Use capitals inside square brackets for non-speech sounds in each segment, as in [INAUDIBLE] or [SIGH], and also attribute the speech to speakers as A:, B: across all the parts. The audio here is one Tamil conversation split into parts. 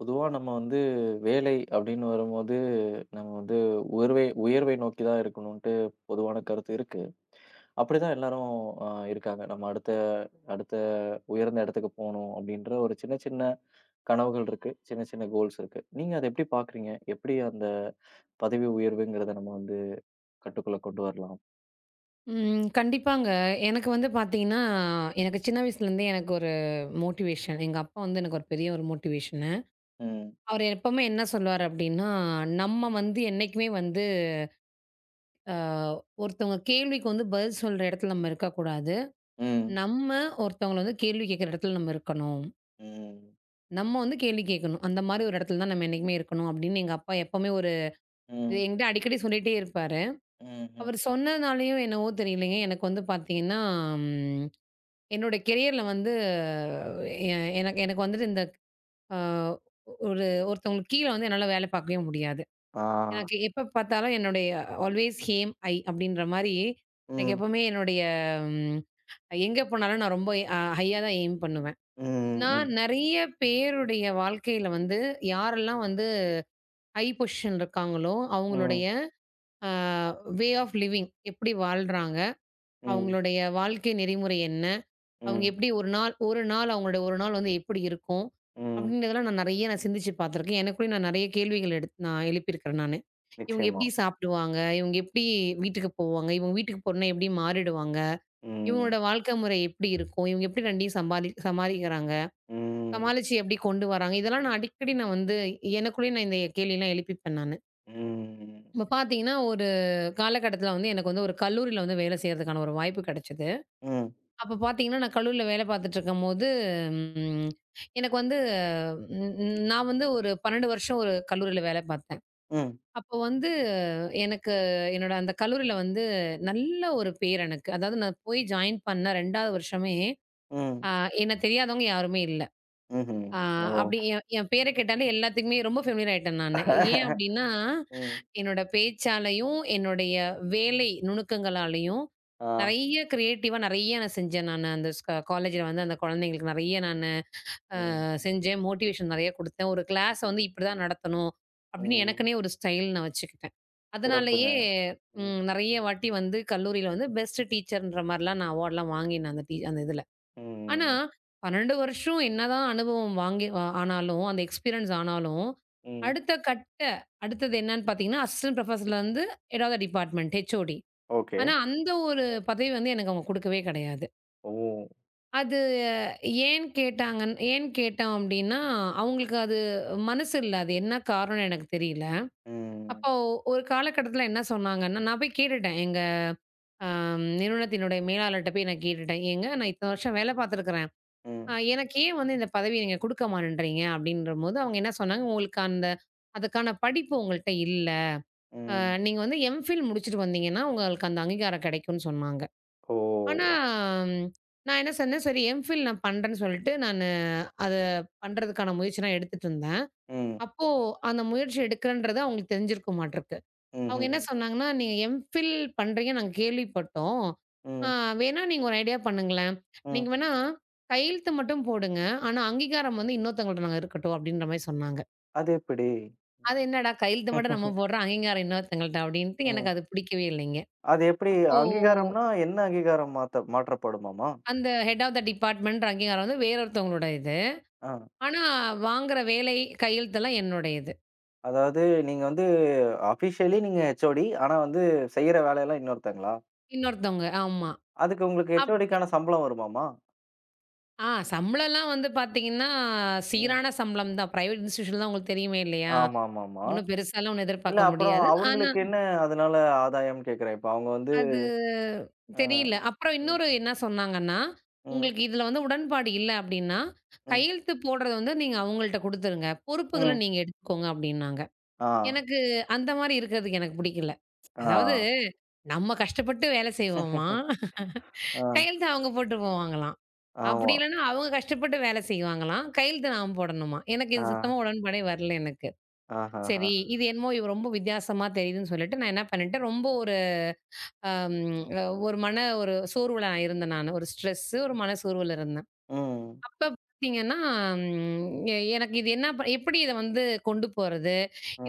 A: பொதுவா நம்ம வந்து வேலை அப்படின்னு வரும்போது, நம்ம வந்து உயர்வை உயர்வை நோக்கி தான் இருக்கணுன்ட்டு பொதுவான கருத்து இருக்கு. அப்படிதான் எல்லாரும் இருக்காங்க. நம்ம அடுத்த அடுத்த உயர்ந்த இடத்துக்கு போணும் அப்படின்ற ஒரு சின்ன சின்ன கனவுகள் இருக்கு. சின்ன சின்ன கோல்ஸ் இருக்கு. நீங்க அத எப்படி பார்க்குறீங்க? எப்படி அந்த பதவி உயர்வுங்கிறத நம்ம வந்து கட்டுக்குள்ள கொண்டு வரலாம்?
B: ம். கண்டிப்பாங்க. எனக்கு வந்து பார்த்தீங்கன்னா, எனக்கு சின்ன வயசுலேருந்தே எனக்கு ஒரு மோட்டிவேஷன். எங்க அப்பா வந்து எனக்கு ஒரு பெரிய ஒரு மோட்டிவேஷனு.
A: ம்.
B: அவரு எப்பவுமே என்ன சொல்லுவாரு அப்டின்னா, நம்ம வந்து என்னைக்குமே வந்து அ ஒருத்தவங்க கேள்விக்கு வந்து பதில் சொல்ற இடத்துல நம்ம இருக்கக்கூடாது.
A: ம்.
B: நம்ம ஒருத்தவங்கள வந்து கேள்வி கேட்குற இடத்துல நம்ம இருக்கணும்.
A: ம்.
B: நம்ம வந்து கேள்வி கேட்கணும். அந்த மாரி ஒரு இடத்துல தான் நம்ம என்னைக்குமே இருக்கணும் அப்டின்னு எங்க அப்பா எப்பவுமே ஒரு
A: ம்.
B: இது என்கிட்ட அடிக்கடி சொல்லிட்டே இருப்பாரு.
A: ம்ஹ்ம்.
B: அவர் சொன்னதுனாலயோ என்னவோ தெரியலைங்க, எனக்கு வந்து பார்த்தீங்கன்னா, ம் என்னோட கெரியர்ல வந்து எ எனக்கு எனக்கு வந்துட்டு இந்த அ ஒருத்தவங்களுக்கு கீழ வந்து என்னால வேலை பார்க்கவே முடியாது.
A: ஆ.
B: எனக்கு எப்ப பார்த்தாலும் என்னுடைய ஆல்வேஸ் ஹேம் ஐ அப்படின்ற மாரி, எனக்கு
A: ம்.
B: எப்பவுமே என்னுடைய ம் எங்க போனாலும் நான் ரொம்ப ஹையா தான் எய்ம் பண்ணுவேன்.
A: ம்.
B: நான்
A: ம்.
B: நெறைய பேருடைய வாழ்க்கையில வந்து யாரெல்லாம் வந்து ஹை பொசிஷன்ல இருக்காங்களோ, அவங்களுடைய
A: ம்.
B: அ வே ஆஃப் லிவிங் எப்படி வாழ்றாங்க?
A: ம்.
B: அவங்களுடைய வாழ்க்கை நெறிமுறை என்ன? அவங்க
A: ம்.
B: எப்படி ஒரு நாள் ஒரு நாள் அவங்களுடைய ஒரு நாள் வந்து எப்படி இருக்கும்?
A: ம்.
B: அப்படின்றதெல்லாம் நான் நெறைய நான் சிந்திச்சு பார்த்துருக்கேன். எனக்குள்ளேயே நான் நெறைய கேள்விகள் நான் எழுப்பியிருக்கிறேன் நானு. இவங்க
A: நிச்சயமா.
B: எப்படி சாப்பிடுவாங்க? இவங்க எப்படி வீட்டுக்கு போவாங்க? இவங்க வீட்டுக்கு போனா எப்படி மாறிடுவாங்க?
A: ம்.
B: இவங்களோட வாழ்க்கை முறை எப்படி இருக்கும்? இவங்க எப்படி 2யும் சமாளிக்கிறாங்க?
A: హ్మ్.
B: சமாளிச்சு எப்படி கொண்டு வராங்க? இதெல்லாம் நான் அடிக்கடி நான் வந்து எனக்குள்ளேயே நான் இந்த கேள்விலாம் எழுப்பிப்பேன் நானு.
A: హ్మ్.
B: இப்ப பார்த்தீங்கன்னா, ஒரு காலகட்டத்தில வந்து எனக்கு வந்து ஒரு கல்லூரியில வந்து வேலை செய்றதுக்கான ஒரு வாய்ப்பு கிடைச்சது.
A: హ్మ్.
B: அப்ப பார்த்தீங்கன்னா, நான் கல்லூரில வேலை பார்த்துட்டுருக்கும்போது, ம் எனக்கு வந்து ம் ம் நான் வந்து ஒரு 12 வருஷம் ஒரு கல்லூரில வேலை பார்த்தேன்.
A: హ్మ్.
B: அப்போ வந்து எனக்கு என்னோட அந்த கல்லூரில வந்து நல்ல ஒரு பேர் எனக்கு. அதாவது நான் போய் ஜாயின் பண்ண 2வது வருஷமே,
A: హ్మ్.
B: அ என்ன தெரியாதவங்க யாருமே இல்ல.
A: హుహు.
B: ஆ அப்படி
A: ఓహ్!
B: என் என் பேர கேட்டாலே எல்லாத்துக்குமே ரொம்ப ஃபெமிலியர் ஆயிட்டேன் நானு. ஏன்
A: [LAUGHS]
B: அப்படின்னா,
A: ம்.
B: என்னோட பேச்சாலயும், என்னுடைய வேலை நுணுக்கங்களாலயும்
A: ஆ.
B: நெறைய கிரியேட்டிவா நெறைய நான் செஞ்சேன் நானு. அந்த காலேஜ்ல வந்து அந்த குழந்தைங்களுக்கு நெறைய நானு
A: ம்.
B: செஞ்சேன். மோட்டிவேஷன் நெறைய குடுத்தேன். ஒரு கிளாஸ வந்து இப்படிதான் நடத்தணும் அப்படின்னு
A: ம்.
B: எனக்குன்னே ஒரு ஸ்டைல் நான் வச்சுக்கிட்டேன்.
A: சிறப்புங்க.
B: அதனாலேயே
A: ம்.
B: நெறைய வாட்டி வந்து கல்லூரியில வந்து பெஸ்ட் டீச்சர்ன்ற மாரிலாம் நான் அவார்ட்லாம் வாங்கினேன் அந்த அந்த இதுல. ஆனா,
A: ம்.
B: 12 வருஷம் என்னதான் அனுபவம் வாங்கி ஆனாலும், அந்த எக்ஸ்பீரியன்ஸ் ஆனாலும்,
A: ம்.
B: அடுத்த கட்ட அடுத்தது என்னன்னு பார்த்தீங்கன்னா, அசிஸ்டன்ட் ப்ரொஃபசர்லருந்து ஏதாவது டிபார்ட்மெண்ட் ஹெச்ஓடி.
A: ஓகே.
B: ஆனா, அந்த ஒரு பதவி வந்து எனக்கு அவங்க குடுக்கவே கிடையாது.
A: ஓ!
B: அது அஹ், ஏன் கேட்டோம் அப்டின்னா, அவங்களுக்கு அது மனசு இல்ல. அது என்ன காரணம்னு எனக்கு தெரியல.
A: ம்.
B: அப்போ ஒரு காலகட்டத்தில என்ன சொன்னாங்கன்னா, நான் போய் கேட்டுட்டேன். எங்க அ நிறுவனத்தினுடைய மேலாளர்ட்ட போய் நான் கேட்டுட்டேன். "ஏங்க நான் இத்தன வருஷம் வேல பார்த்துருக்குறேன்.
A: ம்.
B: எனக்கு ஏன் வந்து இந்த பதவிய நீங்க குடுக்க மாட்டேன்றீங்க? அப்படின்றபோது அவங்க என்ன சொன்னாங்க, உங்களுக்கு அந்த அதுக்கான படிப்பு உங்கள்ட்ட இல்ல. அ
A: ம்.
B: நீங்க வந்து எம்ஃபில் முடிச்சுட்டு வந்தீங்கன்னா, உங்களுக்கு அந்த அங்கீகாரம் கிடைக்கும்னு சொன்னாங்க. ஆனா,
A: ஓ!
B: ம், நான் என்ன சொன்னேன், சரி எம்ஃபில் நான் பண்றேன்னு சொல்லிட்டு நானு அத பண்றதுக்கான முயற்சி நான் எடுத்துட்டு இருந்தேன்.
A: ம்.
B: அப்போ அந்த முயற்சி எடுக்கிறேன்றது அவங்களுக்கு தெரிஞ்சிருக்க மாட்டிருக்கு. அவங்க என்ன
A: హుహుహు.
B: சொன்னாங்கன்னா, "நீங்க எம்ஃபில் பண்றீங்க நாங்க கேள்விப்பட்டோம். ஆ
A: ம்.
B: வேணா நீங்க ஒரு ஐடியா பண்ணுங்களேன்.
A: ம்.
B: நீங்க வேணா கையெழுத்து மட்டும் போடுங்க. ஆனா அங்கீகாரம் வந்து இன்னொருத்தவங்கள்ட்ட நாங்க இருக்கட்டும்." அப்படின்ற மாரி சொன்னாங்க.
A: அதெப்பிடி?
B: அது என்னடா கையெழுத்து மட்டும் நம்ம
A: [LAUGHS]
B: போடுறோம், அங்கீகாரம் இன்னொருத்தவங்கள்ட்ட அப்படின்ட்டு
A: ம்.
B: எனக்கு அது பிடிக்கவே இல்லைங்க.
A: அது எப்பிடி
B: அப்போ
A: அங்கீகாரம்ன்னா, என்ன அங்கீகாரம் மாற்றப்படுமாமா?
B: அந்த ஹெட் ஆஃப் த டிபார்ட்மெண்ட்ன்ற அங்கீகாரம் வந்து வேற ஒருத்தவங்களோட இது.
A: ஆ.
B: ஆனா வாங்குற வேலை, கையெழுத்தெல்லாம் என்னுடையது.
A: அதாவது நீங்க வந்து அஃபிஷியலி நீங்க ஹெச்ஓடி. ஆனா வந்து செய்ற வேலையெல்லாம் இன்னொருத்தங்களா?
B: இன்னொருத்தவங்க ஆமா.
A: அதுக்கு உங்களுக்கு
B: அப்
A: ஹெச்ஓடிக்கான சம்பளம் வருமாமா?
B: ஆ சம்பளம்லாம் வந்து பார்த்தீங்கன்னா,
A: ம்.
B: சீரான சம்பளம் தான். பிரைவேட் இன்ஸ்டிடியூஷன் தான் உங்களுக்கு தெரியுமே இல்லையா?
A: ஆமாமாமா.
B: ஒண்ணும் பெருசாலாம் ஒண்ணும்
A: இல்ல,
B: எதிர்பார்க்க
A: அப்புறம்
B: முடியாது. ஆனா,
A: அவங்களுக்கு என்ன அதனால ஆதாயம்ன்னு கேட்கிறேன். இப்ப அவங்க வந்து
B: அது
A: அ
B: தெரியல. அப்புறம்
A: ம்,
B: இன்னொரு என்ன சொன்னாங்கன்னா,
A: ம்,
B: உங்களுக்கு இதுல வந்து உடன்பாடு இல்ல அப்டின்னா,
A: ம்,
B: கையெழுத்து போடுறத வந்து நீங்க அவங்கள்ட்ட குடுத்துருங்க. பொறுப்புகள
A: ம்.
B: நீங்க எடுத்துக்கோங்க அப்டின்னாங்க.
A: ஆ,
B: எனக்கு அந்த மாரி இருக்கிறதுக்கு எனக்கு பிடிக்கல. அதாவது
A: ஆ.
B: நம்ம கஷ்டப்பட்டு வேல செய்வோமாம்.
A: [LAUGHS] ஆ,
B: கையெழுத்து அவங்க போட்டு போவாங்களாம். அப்டி
A: ஆமா.
B: இல்லன்னா அவங்க கஷ்டப்பட்டு வேல செய்வாங்களாம். கையெழுத்து நாம போடணுமாம். எனக்கு
A: ஆ,
B: இது சுத்தமா உடன்பாடே வரல எனக்கு.
A: ஆஹஹா.
B: சரி, இது என்னமோ இவ ரொம்ப வித்தியாசமா தெரியுதுன்னு சொல்லிட்டு நான் என்ன பண்ணிட்டேன், ரொம்ப ஒரு அம் அ ஒரு மன ஒரு சோர்வுல நான் இருந்தேன் நானு. ஒரு ஸ்ட்ரெஸ், ஒரு மன சோர்வுல இருந்தேன்.
A: ம்,
B: அப்ப பார்த்தீங்கன்னா, ம் எனக்கு இது என்ன ப எப்படி இத வந்து கொண்டு போறது?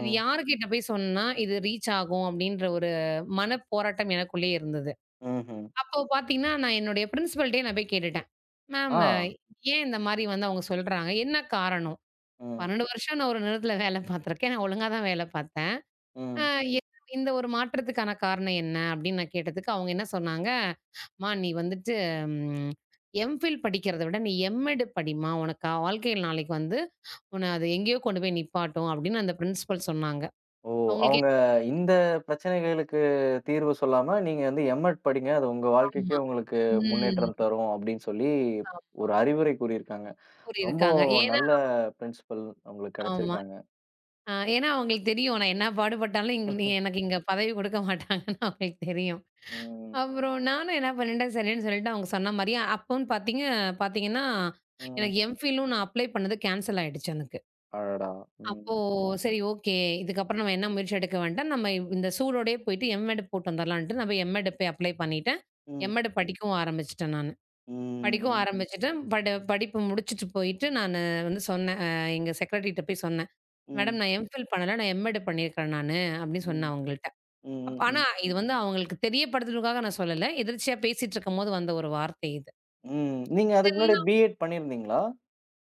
B: இது யார்கிட்ட போய் சொன்னா இது ரீச் ஆகும்? அப்படின்ற ஒரு மன போராட்டம் எனக்குள்ளேயே இருந்தது.
A: ம்ஹ்ம்.
B: அப்போ பார்த்தீங்கன்னா, நான் என்னுடைய பிரின்சிபல்ட்டயே நான் போய் கேட்டுட்டேன். மேம்
A: ஆ,
B: ஏன் இந்த மாரி வந்து அவங்க சொல்றாங்க? என்ன காரணம்?
A: ம்,
B: 12 வருஷம் நான் ஒரு நிறுவனத்துல வேல பார்த்துருக்கேன். நான் ஒழுங்கா தான் வேல பார்த்தேன். அ
A: ம்.
B: எ இந்த ஒரு மாற்றத்துக்கான காரணம் என்ன? அப்படின்னு நான் கேட்டதுக்கு, அவங்க என்ன சொன்னாங்க, "அம்மா நீ வந்துட்டு ம் எம்ஃபில் படிக்கிறத விட நீ எம்எட் படிம்மா. உனக்கு வாழ்க்கையில நாளைக்கு வந்து உன்ன அது எங்கேயோ கொண்டு போய் நிப்பாட்டும்." அப்படின்னு அந்த பிரின்சிபல் சொன்னாங்க.
A: ஓ!
B: அவங்களுக்கு
A: அவங்க
B: என்னவோ
A: இந்த பிரச்சனைகளுக்கு தீர்வு சொல்லாம, நீங்க வந்து எம்.எட் படிங்க. அது உங்க வாழ்க்கைக்கே
B: ஆமா.
A: உங்களுக்கு
B: ம்.
A: முன்னேற்றம் தரும் அப்படின்னு சொல்லி ஒரு அறிவுரை கூறியிருக்காங்க.
B: ஆம்
A: ரொம்ப
B: இருக்காங்க. ஏன்னா
A: நல்ல பிரின்சிபல் உங்களுக்கு
B: ஆமா.
A: கிடைச்சிருக்காங்க.
B: ஏன்னா அவங்களுக்கு தெரியும் நான் என்ன பாடுபட்டாலும் இங்க நீ எனக்கு இங்க பதவி குடுக்க மாட்டாங்கன்னு அவங்களுக்கு தெரியும்.
A: ம்.
B: அப்புறம் நானும் என்ன பண்ணிட்டேன் சரின்னு சொல்லிட்டு அவங்க சொன்ன மாரியே அப்போன்னு பார்த்தீங்கன்னா,
A: ம், ம்.
B: எனக்கு எம்ஃபிலும் நான் அப்ளை பண்ணது கேன்சல் ஆயிடுச்சு எனக்கு.
A: அடடா!
B: அப்போ
A: ம்,
B: சரி ஓகே. இதுக்கப்புறம் நம்ம என்ன முயற்சி எடுக்க வேண்டாம். நம்ம இந்த சூடோடயே போயிட்டு எம்.எட் போட்டு வந்துரலான்ட்டு நான் போய் எம்.எட் போய் அப்ளை பண்ணிட்டேன்.
A: ம்,
B: எம்.எட் படிக்கவும் ஆரம்பிச்சுட்டேன் நானு. படிக்கவும் ம்.
A: ம்,
B: ஆரம்பிச்சுட்டேன். படிப்பு முடிச்சுட்டு போயிட்டு நானு வந்து சொன்னேன். எங்க செக்ரட்டரிட்ட போய் சொன்னேன். மேடம்
A: ம்,
B: நான் எம்ஃபில் பண்ணல. நான் எம்.எட் பண்ணியிருக்கிறேன் நானு அப்படின்னு சொன்னேன்
A: ம்,
B: அவங்கள்ட்ட.
A: ம்,
B: ஆனா,
A: ம்,
B: இது வந்து அவங்களுக்கு தெரியப்படுத்துறதுக்காக நான் சொல்லல. எதிர்ச்சியா பேசிட்டுருக்கும்போது வந்த ஒரு வார்த்தை இது.
A: ம். நீங்க அதுக்கு முன்னாடி
B: இதெல்லாம்
A: பிஎட் பண்ணியிருந்தீங்களா?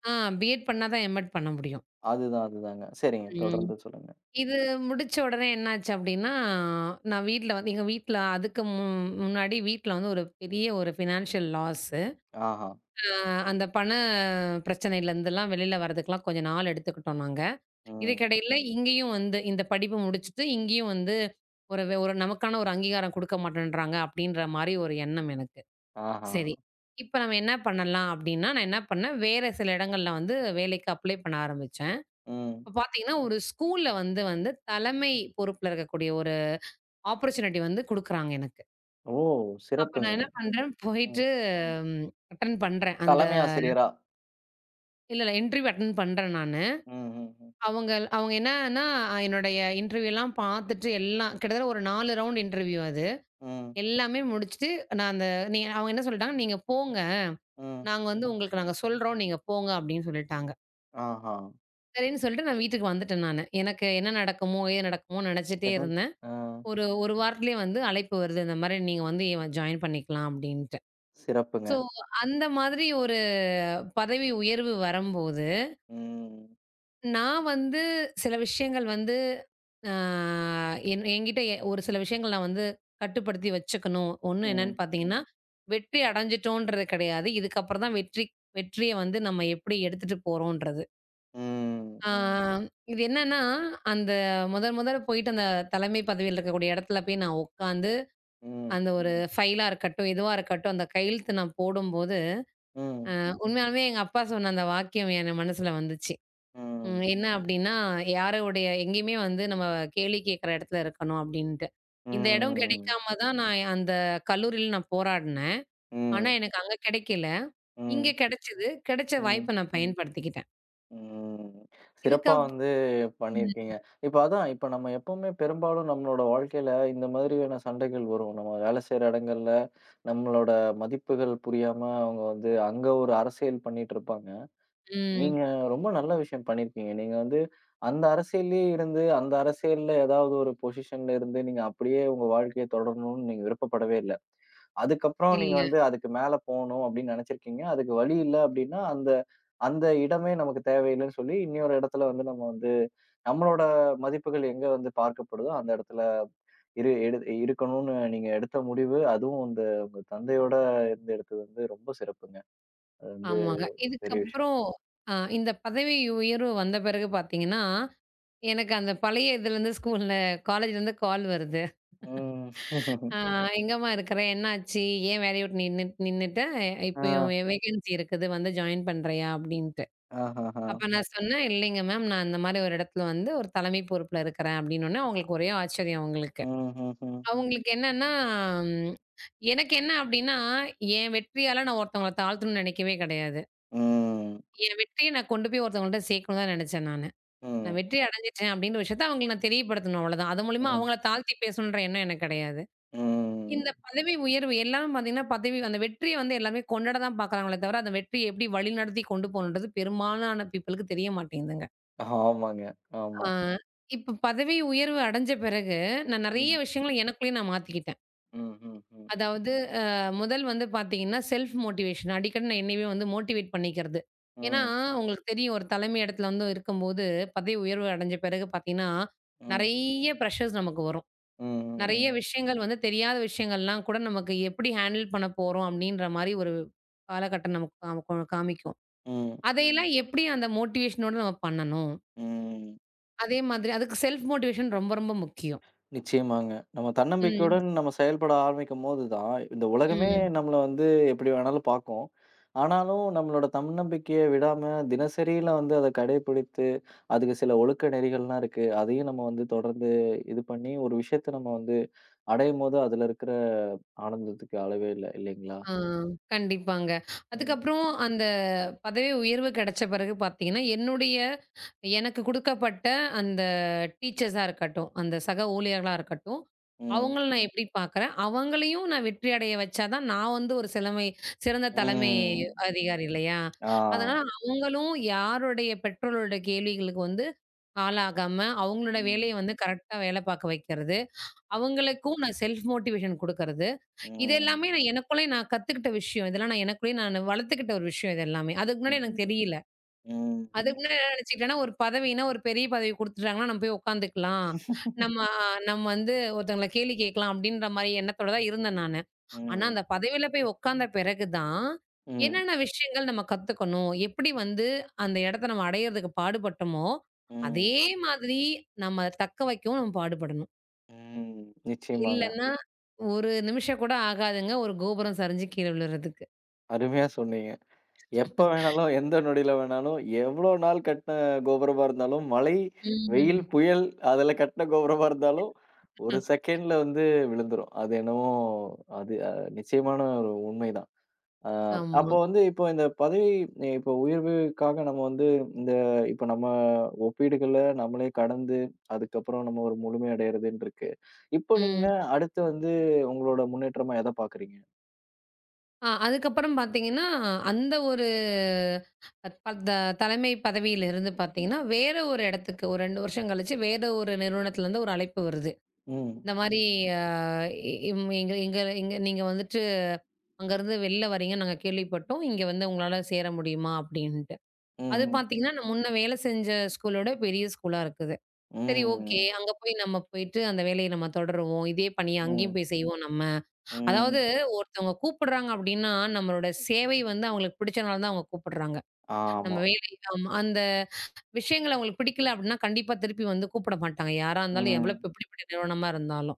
B: ஆ பிஎட் பண்ணா தான் எம்.எட் பண்ண முடியும்.
A: அதுதான், அதுதாங்க. சரிங்க.
B: ம்.
A: தொடர்ந்து சொல்லுங்க.
B: இது முடிச்ச உடனே என்னாச்சு அப்டின்னா, நான் வீட்ல வந்து எங்க வீட்ல அதுக்கு முன்னாடி வீட்ல வந்து ஒரு பெரிய ஒரு ஃபினான்ஷியல் லாஸ்ஸு.
A: ஆஹா!
B: அந்த பண பிரச்சனையிலருந்துலாம் வெளில வரதுக்குலாம் கொஞ்சம் நாள் எடுத்துக்கிட்டோம் நாங்க.
A: ம்.
B: இதுக்கிடையில இங்கேயும் வந்து இந்த படிப்பு முடிச்சுட்டு, இங்கேயும் வந்து ஒரு ஒரு நமக்கான ஒரு அங்கீகாரம் குடுக்க மாட்டேன்றாங்க அப்டின்ற மாரி ஒரு எண்ணம் எனக்கு.
A: ஆஹா!
B: சரி. இப்ப நம்ம என்ன பண்ணலாம் அப்டின்னா, நான் என்ன பண்ணேன், வேற சில இடங்கள்ல வந்து வேலைக்கு அப்ளை பண்ண ஆரம்பிச்சேன்.
A: ம்.
B: இப்ப பார்த்தீங்கன்னா, ஒரு ஸ்கூல்ல வந்து வந்து தலைமை பொறுப்புல இருக்கக்கூடிய ஒரு ஆப்பர்ச்சுனிட்டி வந்து குடுக்குறாங்க எனக்கு.
A: ஓ!
B: அப்ப
A: சிறப்புங்க.
B: நான் என்ன பண்றேன், போயிட்டு
A: ம்.
B: ம் அட்டெண்ட் பண்றேன்.
A: தலைமை ஆசிரியரா?
B: இல்ல, இல்ல இன்டர்வியூ அட்டெண்ட் பண்றேன் நானு.
A: ம், ம், ம்,
B: அவங்க அவங்க என்னன்னா, என்னுடைய இன்டர்வியூலாம் பார்த்துட்டு எல்லாம் கிட்டத்தட்ட ஒரு 4 ரவுண்ட் இன்டர்வியூ அது.
A: ம்,
B: எல்லாமே முடிச்சுட்டு நான் அந்த நீ அவங்க என்ன சொல்லிட்டாங்க, "நீங்க போங்க.
A: ம்.
B: நாங்க வந்து உங்களுக்கு நாங்க சொல்றோம். நீங்க போங்க" அப்டின்னு சொல்லிட்டாங்க.
A: ஆஹா!
B: சரின்னு சொல்லிட்டு நான் வீட்டுக்கு வந்துட்டேன் நானு. எனக்கு என்ன நடக்குமோ? ஏது நடக்குமோன்னு நினச்சிட்டே
A: ஏதோ
B: இருந்தேன்.
A: ஆ.
B: ஒரு 1 வாரத்திலேயே வந்து அழைப்பு வருது. இந்த மாரி நீங்க வந்து இவன் ஜாயின் பண்ணிக்கலாம் அப்டின்ட்டு.
A: சிறப்புங்க.
B: ஸோ, அந்த மாதிரி ஒரு பதவி உயர்வு வரம்போது,
A: ம்,
B: நான் வந்து சில விஷயங்கள் வந்து ஆ என்கிட்ட ஒரு சில விஷயங்கள் நான் வந்து கட்டுப்படுத்தி வச்சுக்கணும். ஒண்ணு என்னன்னு
A: ம்,
B: பார்த்தீங்கன்னா, வெற்றி அடைஞ்சுட்டோன்றது கிடையாது. இதுக்கப்புறம் தான் வெற்றிய வந்து நம்ம எப்டி எடுத்துட்டு போறோன்றது.
A: ம்,
B: ஆ இது என்னன்னா, அந்த முதல் முதல்ல போயிட்டு அந்த தலைமை பதவியில இருக்கக்கூடிய இடத்துல போய் நான் உட்காந்து,
A: ம்,
B: அந்த ஒரு ம். ஃபைலா இருக்கட்டும், எதுவா இருக்கட்டும், அந்த கையெழுத்து நான் போடும்போது,
A: ம்,
B: ம். உண்மையாலுமே எங்க அப்பா சொன்ன அந்த வாக்கியம் என் மனசுல வந்துச்சு. ம்
A: ம்.
B: என்ன ம். அப்டின்னா, யாருடைய எங்கேயுமே வந்து நம்ம கேள்வி கேட்கிற இடத்துல இருக்கணும் அப்டின்ட்டு. இந்த இடம்
A: ம்.
B: கிடைக்காம தான் நான் அந்த கல்லூரியில நான் போராடினேன். ஆனா,
A: ம்.
B: எனக்கு அங்க கிடைக்கல. இங்க
A: ம்.
B: கிடைச்சது. கிடைச்ச
A: ம்.
B: வாய்ப்ப நான் பயன்படுத்திக்கிட்டேன்.
A: ம். சிறப்பா
B: இதுக்கப்
A: வந்து
B: ம்.
A: பண்ணியிருக்கீங்க. இப்ப அதான், இப்ப நம்ம எப்பவுமே பெரும்பாலும் நம்மளோட வாழ்க்கையில இந்த மாதிரியான சண்டைகள் வரும். நம்ம வேலை செய்ற இடங்கள்ல நம்மளோட மதிப்புகள் புரியாம அவங்க வந்து அங்க ஒரு அரசியல் பண்ணிட்டு இருப்பாங்க.
B: ம்.
A: நீங்க ரொம்ப நல்ல விஷயம் பண்ணியிருக்கீங்க. நீங்க வந்து அந்த அரசியல்லயே இருந்து, அந்த அரசியல்ல ஏதாவது ஒரு பொசிஷன்ல இருந்து நீங்க அப்படியே உங்க வாழ்க்கைய தொடரணும்னு நீங்க விருப்பப்படவே இல்ல. அதுக்கப்புறம் நீங்க
B: இல்ல.
A: வந்து அதுக்கு மேல போணும் அப்படின்னு நினைச்சிருக்கீங்க. அதுக்கு வழி இல்ல அப்படின்னா, அந்த அந்த இடமே நமக்கு தேவையில்லன்னு சொல்லி, இன்னொரு இடத்துல வந்து நம்ம வந்து நம்மளோட மதிப்புகள் எங்க வந்து பார்க்கப்படுதோ, அந்த இடத்துல இரு எடு இருக்கணும்னு நீங்க எடுத்த முடிவு, அதுவும் இந்த உங்க தந்தையோட இருந்து எடுத்தது வந்து ரொம்ப சிறப்புங்க. அது வந்து
B: ஆமாங்க.
A: பெரிய விஷயம்.
B: இதுக்கப்புறம் இந்த பதவி உயர்வு வந்த பிறகு பார்த்தீங்கன்னா, எனக்கு அந்த பழைய இதுலேருந்து ஸ்கூல்ல காலேஜ்லேருந்து கால் வருது.
A: ம். [LAUGHS]
B: "ஆ எங்கம்மா இருக்கிற? என்னாச்சு? ஏன் வேலைய விட்டு நின்னுட்ட? இப்பயும்
A: ஆ.
B: வேகன்சி இருக்குது வந்து ஜாயின் பண்றியா?" அப்படின்ட்டு.
A: ஆஹஹா.
B: அப்ப நான் சொன்னேன், "இல்லைங்க மேம், நான் இந்த மாரி ஒரு இடத்துல வந்து ஒரு தலைமை பொறுப்புல இருக்கிறேன்." அப்படின்னோனே அவங்களுக்கு ஒரே ஆச்சரியம் அவங்களுக்கு.
A: ம்ஹ்ஹ்ம்.
B: அவங்களுக்கு என்னன்னா, ம், எனக்கு என்ன அப்படின்னா, என் வெற்றியால நான் ஒருத்தவங்கள தாழ்த்தணும்னு நினைக்கவே கிடையாது.
A: ம்.
B: என் வெற்றிய நான் கொண்டு போய் ஒருத்தவங்கள்ட்ட சேர்க்கணும்னு தான் நினைச்சேன் நானு.
A: ம்.
B: நான்
A: ம்.
B: வெற்றி அடைஞ்சுட்டேன் அப்டின்ற விஷயத்த அவங்களுக்கு நான் தெரியப்படுத்தணும் அவ்வளோதான். அது மூலியமா
A: ம்.
B: அவங்கள தாழ்த்தி பேசணுன்ற எண்ணம் எனக்கு கிடையாது.
A: ம், ம்.
B: இந்த பதவி உயர்வு எல்லாரும் பார்த்தீங்கன்னா, பதவி அந்த வெற்றிய வந்து எல்லாருமே கொண்டாட தான் பார்க்குறாங்களே தவிர, அந்த வெற்றிய எப்படி வழிநடத்தி கொண்டு போணுன்றது பெரும்பாலான பீப்பிளுக்கு தெரிய மாட்டேங்குதுங்க.
A: ஆமாங்க. ஆமா.
B: ஆ இப்ப பதவி உயர்வு அடைஞ்ச பிறகு நான் நெறைய
A: ம்.
B: விஷயங்கள எனக்குள்ளயே நான் மாத்திக்கிட்டேன்.
A: ம். ம். ம்.
B: அதாவது அ முதல் வந்து பார்த்தீங்கன்னா, செல்ஃப் மோட்டிவேஷன். அடிக்கடி நான் என்னையவே வந்து மோட்டிவேட் பண்ணிக்கிறது. ஏன்னா,
A: ம்.
B: உங்களுக்கு தெரியும் ஒரு தலைமை இடத்துல வந்து இருக்கும்போது, பதவி உயர்வு அடைஞ்ச பிறகு பார்த்தீங்கன்னா,
A: ம்.
B: நெறைய ப்ரஷர்ஸ் நமக்கு வரும்.
A: ம்,
B: நெறைய
A: ம்,
B: ம். விஷயங்கள் வந்து தெரியாத விஷயங்கள்லாம் கூட நமக்கு எப்படி ஹேண்டில் பண்ண போறோம் அப்டின்ற மாரி ஒரு காலகட்டம் நமக்கு காமிக்கும்.
A: ம்,
B: அதையெல்லாம் எப்படி அந்த மோட்டிவேஷனோட நம்ம பண்ணணும்?
A: ம்.
B: அதே மாதிரி அதுக்கு செல்ஃப் மோட்டிவேஷன் ரொம்ப ரொம்ப முக்கியம்.
A: நிச்சயமாங்க. நம்ம
B: ம்,
A: தன்னம்பிக்கையுடன் நம்ம செயல்பட ஆரம்பிக்கும்போது தான், இந்த உலகமே
B: ம்.
A: நம்மள வந்து எப்படி வேணாலும் பார்க்கும். ஆனாலும் நம்மளோட தன்னம்பிக்கைய விடாம தினசரில வந்து அத கடைபிடித்து, அதுக்கு சில ஒழுக்க நெறிகள்லாம் இருக்கு. அதையும் நம்ம வந்து தொடர்ந்து இது பண்ணி, ஒரு விஷயத்த நம்ம வந்து அடையும்போது அதுல இருக்கிற ஆனந்தத்துக்கு அளவே இல்ல, இல்லைங்களா?
B: ஆ, கண்டிப்பாங்க.
A: ம்,
B: அதுக்கப்புறம் அந்த பதவி உயர்வு கிடைச்ச பிறகு பார்த்தீங்கன்னா, என்னுடைய எனக்கு குடுக்கப்பட்ட அந்த டீச்சர்ஸா இருக்கட்டும், அந்த சக ஊழியர்களா இருக்கட்டும்,
A: ம்,
B: அவங்கள நான் எப்படி பார்க்குறேன்? அவங்களையும் நான் வெற்றி அடைய வச்சா தான் நான் வந்து ஒரு சிறந்த தலைமை
A: ம்.
B: அதிகாரி இல்லையா?
A: ஆ.
B: அதனால அவங்களும் யாருடைய பெற்றோர்களோட கேள்விகளுக்கு வந்து ஆளாகாம, அவங்களோட வேலைய
A: ம்,
B: வந்து கரெக்ட்டா வேலை பார்க்க வைக்கிறது. அவங்களுக்கும் நான் செல்ஃப் மோட்டிவேஷன் குடுக்கறது. இது
A: ம்,
B: எல்லாமே நான் எனக்குள்ளயே நான் கத்துக்கிட்ட விஷயம். இதெல்லாம் நான் எனக்குள்ளயே நானு வளர்த்துக்கிட்ட ஒரு விஷயம் இது எல்லாமே. அதுக்கு முன்னாடி எனக்கு
A: ம்,
B: தெரியல.
A: ம்,
B: அதுக்கு முன்னாடி என்ன நினைச்சுக்கிட்டேன்னா, ஒரு பதவின்னா ஒரு பெரிய பதவி குடுத்துட்டாங்கன்னா, நம்ம போய் உட்காந்துக்கலாம். நம்ம நம்ம வந்து ஒருத்தவங்கள கேலி கேட்கலாம் அப்படின்ற மாரி எண்ணத்தோட தான் இருந்தேன் நானு. ஆனா,
A: ம்,
B: அந்த பதவியில போய் உட்காந்த பிறகு தான்,
A: ம்.
B: என்னென்ன விஷயங்கள் நம்ம கத்துக்கணும்? எப்படி வந்து அந்த இடத்த நம்ம அடையறதுக்கு பாடுபட்டோமோ,
A: ம்.
B: அதே மாதிரி நம்ம அத தக்க வைக்கவும் நம்ம பாடுபடணும்.
A: ம். நிச்சயமாங்க.
B: இல்லன்னா, ஒரு நிமிஷம் கூட ஆகாதுங்க. ஒரு கோபுரம் சரிஞ்சு கீழ விழுறதுக்கு.
A: அருமையா சொன்னீங்க. எப்ப வேணாலும், எந்த நொடியில வேணாலும், எவ்ளோ நாள் கட்டின கோபுரமா இருந்தாலும், மழை, வெயில்,
B: ம்.
A: புயல் அதுல கட்டின கோபுரமா இருந்தாலும், 1 செகண்ட்ல வந்து விழுந்துரும். அது என்னவோ அது அ நிச்சயமான ஒரு உண்மைதான். அ
B: ஆமா.
A: அப்போ வந்து இப்போ இந்த பதவி இப்போ உயர்வுக்காக நம்ம வந்து இந்த இப்போ நம்ம ஒப்பீடுகள நம்மளே கடந்து, அதுக்கப்புறம் நம்ம ஒரு முழுமை அடையறதுன்னு இருக்கு. இப்போ நீங்க
B: ம்.
A: அடுத்து வந்து உங்களோட முன்னேற்றமா எத பார்க்குறீங்க?
B: அதுக்கப்புறம் பார்த்தீங்கன்னா, அந்த ஒரு ப த தலைமை பதவியிலிருந்து பார்த்தீங்கன்னா, வேற ஒரு இடத்துக்கு ஒரு 2 வருஷம் கழிச்சு வேற ஒரு நிறுவனத்துலருந்து ஒரு அழைப்பு வருது.
A: ம்.
B: இந்த மாரி அ எங்க எங்க எங்க நீங்க வந்துட்டு அங்கருந்து வெளில வரீங்கன்னு நாங்க கேள்விப்பட்டோம். இங்க வந்து உங்களால சேர முடியுமா? அப்டின்ட்டு. அது
A: ம்.
B: பார்த்தீங்கன்னா, நான் முன்ன வேலை செஞ்ச ஸ்கூலோட பெரிய ஸ்கூலா இருக்குது. சரி ஓகே.
A: ம்.
B: அங்க போய் நம்ம போயிட்டு அந்த வேலைய நம்ம தொடருவோம். இதே பணிய
A: ம்.
B: அங்கேயும் போய் செய்வோம் நம்ம. அதாவது
A: ம்.
B: ஒருத்தவங்க கூப்பிடுறாங்க அப்படின்னா, நம்மளோட சேவை வந்து அவங்களுக்கு பிடிச்சனால தான் அவங்க கூப்பிடுறாங்க. நம்ம
A: ஆமா.
B: வேலை ஆமா. அந்த விஷயங்கள் அவங்களுக்கு பிடிக்கல அப்படின்னா, கண்டிப்பா திருப்பி வந்து கூப்பிட மாட்டாங்க. யாரா இருந்தாலும், எவ்வளோ
A: ம்.
B: எப்படிப்பட்ட நிறுவனமா இருந்தாலும்.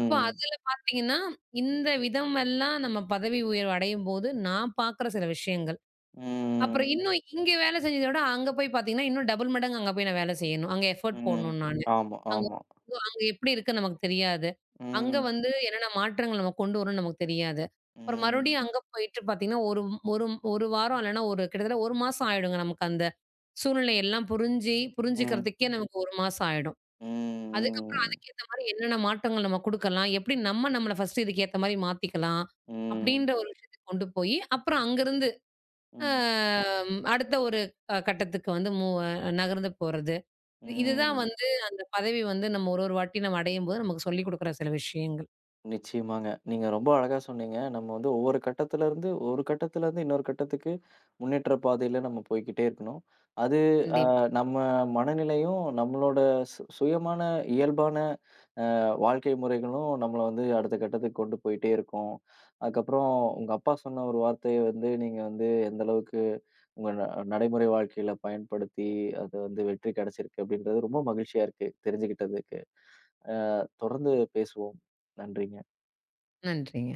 B: அப்போ அதில பார்த்தீங்கன்னா, இந்த விதமெல்லாம் நம்ம பதவி உயர்வு அடையும்போது, நான் பார்க்குற சில விஷயங்கள். அப்புறம்
A: ம்.
B: இன்னும் இங்க வேலை செஞ்சத விட, அங்க போய் பார்த்தீங்கன்னா, இன்னும் டபுள் மடங்கு அங்க போய் நான் வேலை செய்யணும். அங்க எஃபோர்ட்
A: ம்.
B: போடணும் நானு.
A: ஆமா,
B: அங்க
A: ஆமா.
B: அங்க எப்படி இருக்குன்னு நமக்கு தெரியாது. அங்க
A: ம்.
B: வந்து என்னென்ன மாற்றங்கள் நம்ம கொண்டு வரோம்ன்னு நமக்கு தெரியாது. அப்புறம்
A: ம்.
B: மறுபடியும் அங்க போயிட்டு பார்த்தீங்கன்னா, ஒரு ஒரு ஒரு வாரம் இல்லன்னா, ஒரு கிட்டத்தட்ட 1 மாசம் ஆயிடுங்க நமக்கு அந்த சூழ்நிலை எல்லாம்
A: ம்.
B: புரிஞ்சுக்கிறதுக்கே நமக்கு 1 மாசம் ஆயிடும். அதுக்கு
A: ம்.
B: அதுக்கேத்த மாரி என்னென்ன மாற்றங்கள் நம்ம குடுக்கலாம், எப்படி நம்ம நம்மள ஃபர்ஸ்ட்டு இதுக்கு ஏத்த மாரி மாத்திக்கலாம்,
A: ம்.
B: அப்படின்ற ஒரு விஷயத்துக்கு கொண்டு போயி, அப்புறம் அங்கருந்து அ
A: ம்.
B: அடுத்த ஒரு கட்டத்துக்கு வந்து நகர்ந்து போறது. இதுதான்
A: ம்.
B: வந்து அந்த பதவி வந்து நம்ம ஒரு ஒரு வாட்டி நம்ம அடையும்போது நமக்கு சொல்லிக் குடுக்குற சில விஷயங்கள்.
A: நிச்சயமாங்க. நீங்க ரொம்ப அழகா சொன்னீங்க. நம்ம வந்து ஒவ்வொரு கட்டத்துலருந்து ஒரு கட்டத்துலருந்து இன்னொரு கட்டத்துக்கு முன்னேற்ற பாதையில நம்ம போய்க்கிட்டே இருக்கணும். அது
B: கண்டிப்பா.
A: நம்ம மனநிலையும், நம்மளோட சுயமான இயல்பான அ வாழ்க்கை முறைகளும் நம்மள வந்து அடுத்த கட்டத்துக்கு கொண்டு போயிட்டே இருக்கும். அதுக்கப்புறம் உங்க அப்பா சொன்ன ஒரு வார்த்தைய வந்து நீங்க வந்து எந்த அளவுக்கு உங்க ந நடைமுறை வாழ்க்கையில பயன்படுத்தி, அது வந்து வெற்றி கிடைச்சிருக்கு அப்படின்றது ரொம்ப மகிழ்ச்சியா இருக்கு தெரிஞ்சுக்கிட்டதுக்கு. தொடர்ந்து பேசுவோம். நன்றிங்க.
B: நன்றிங்க.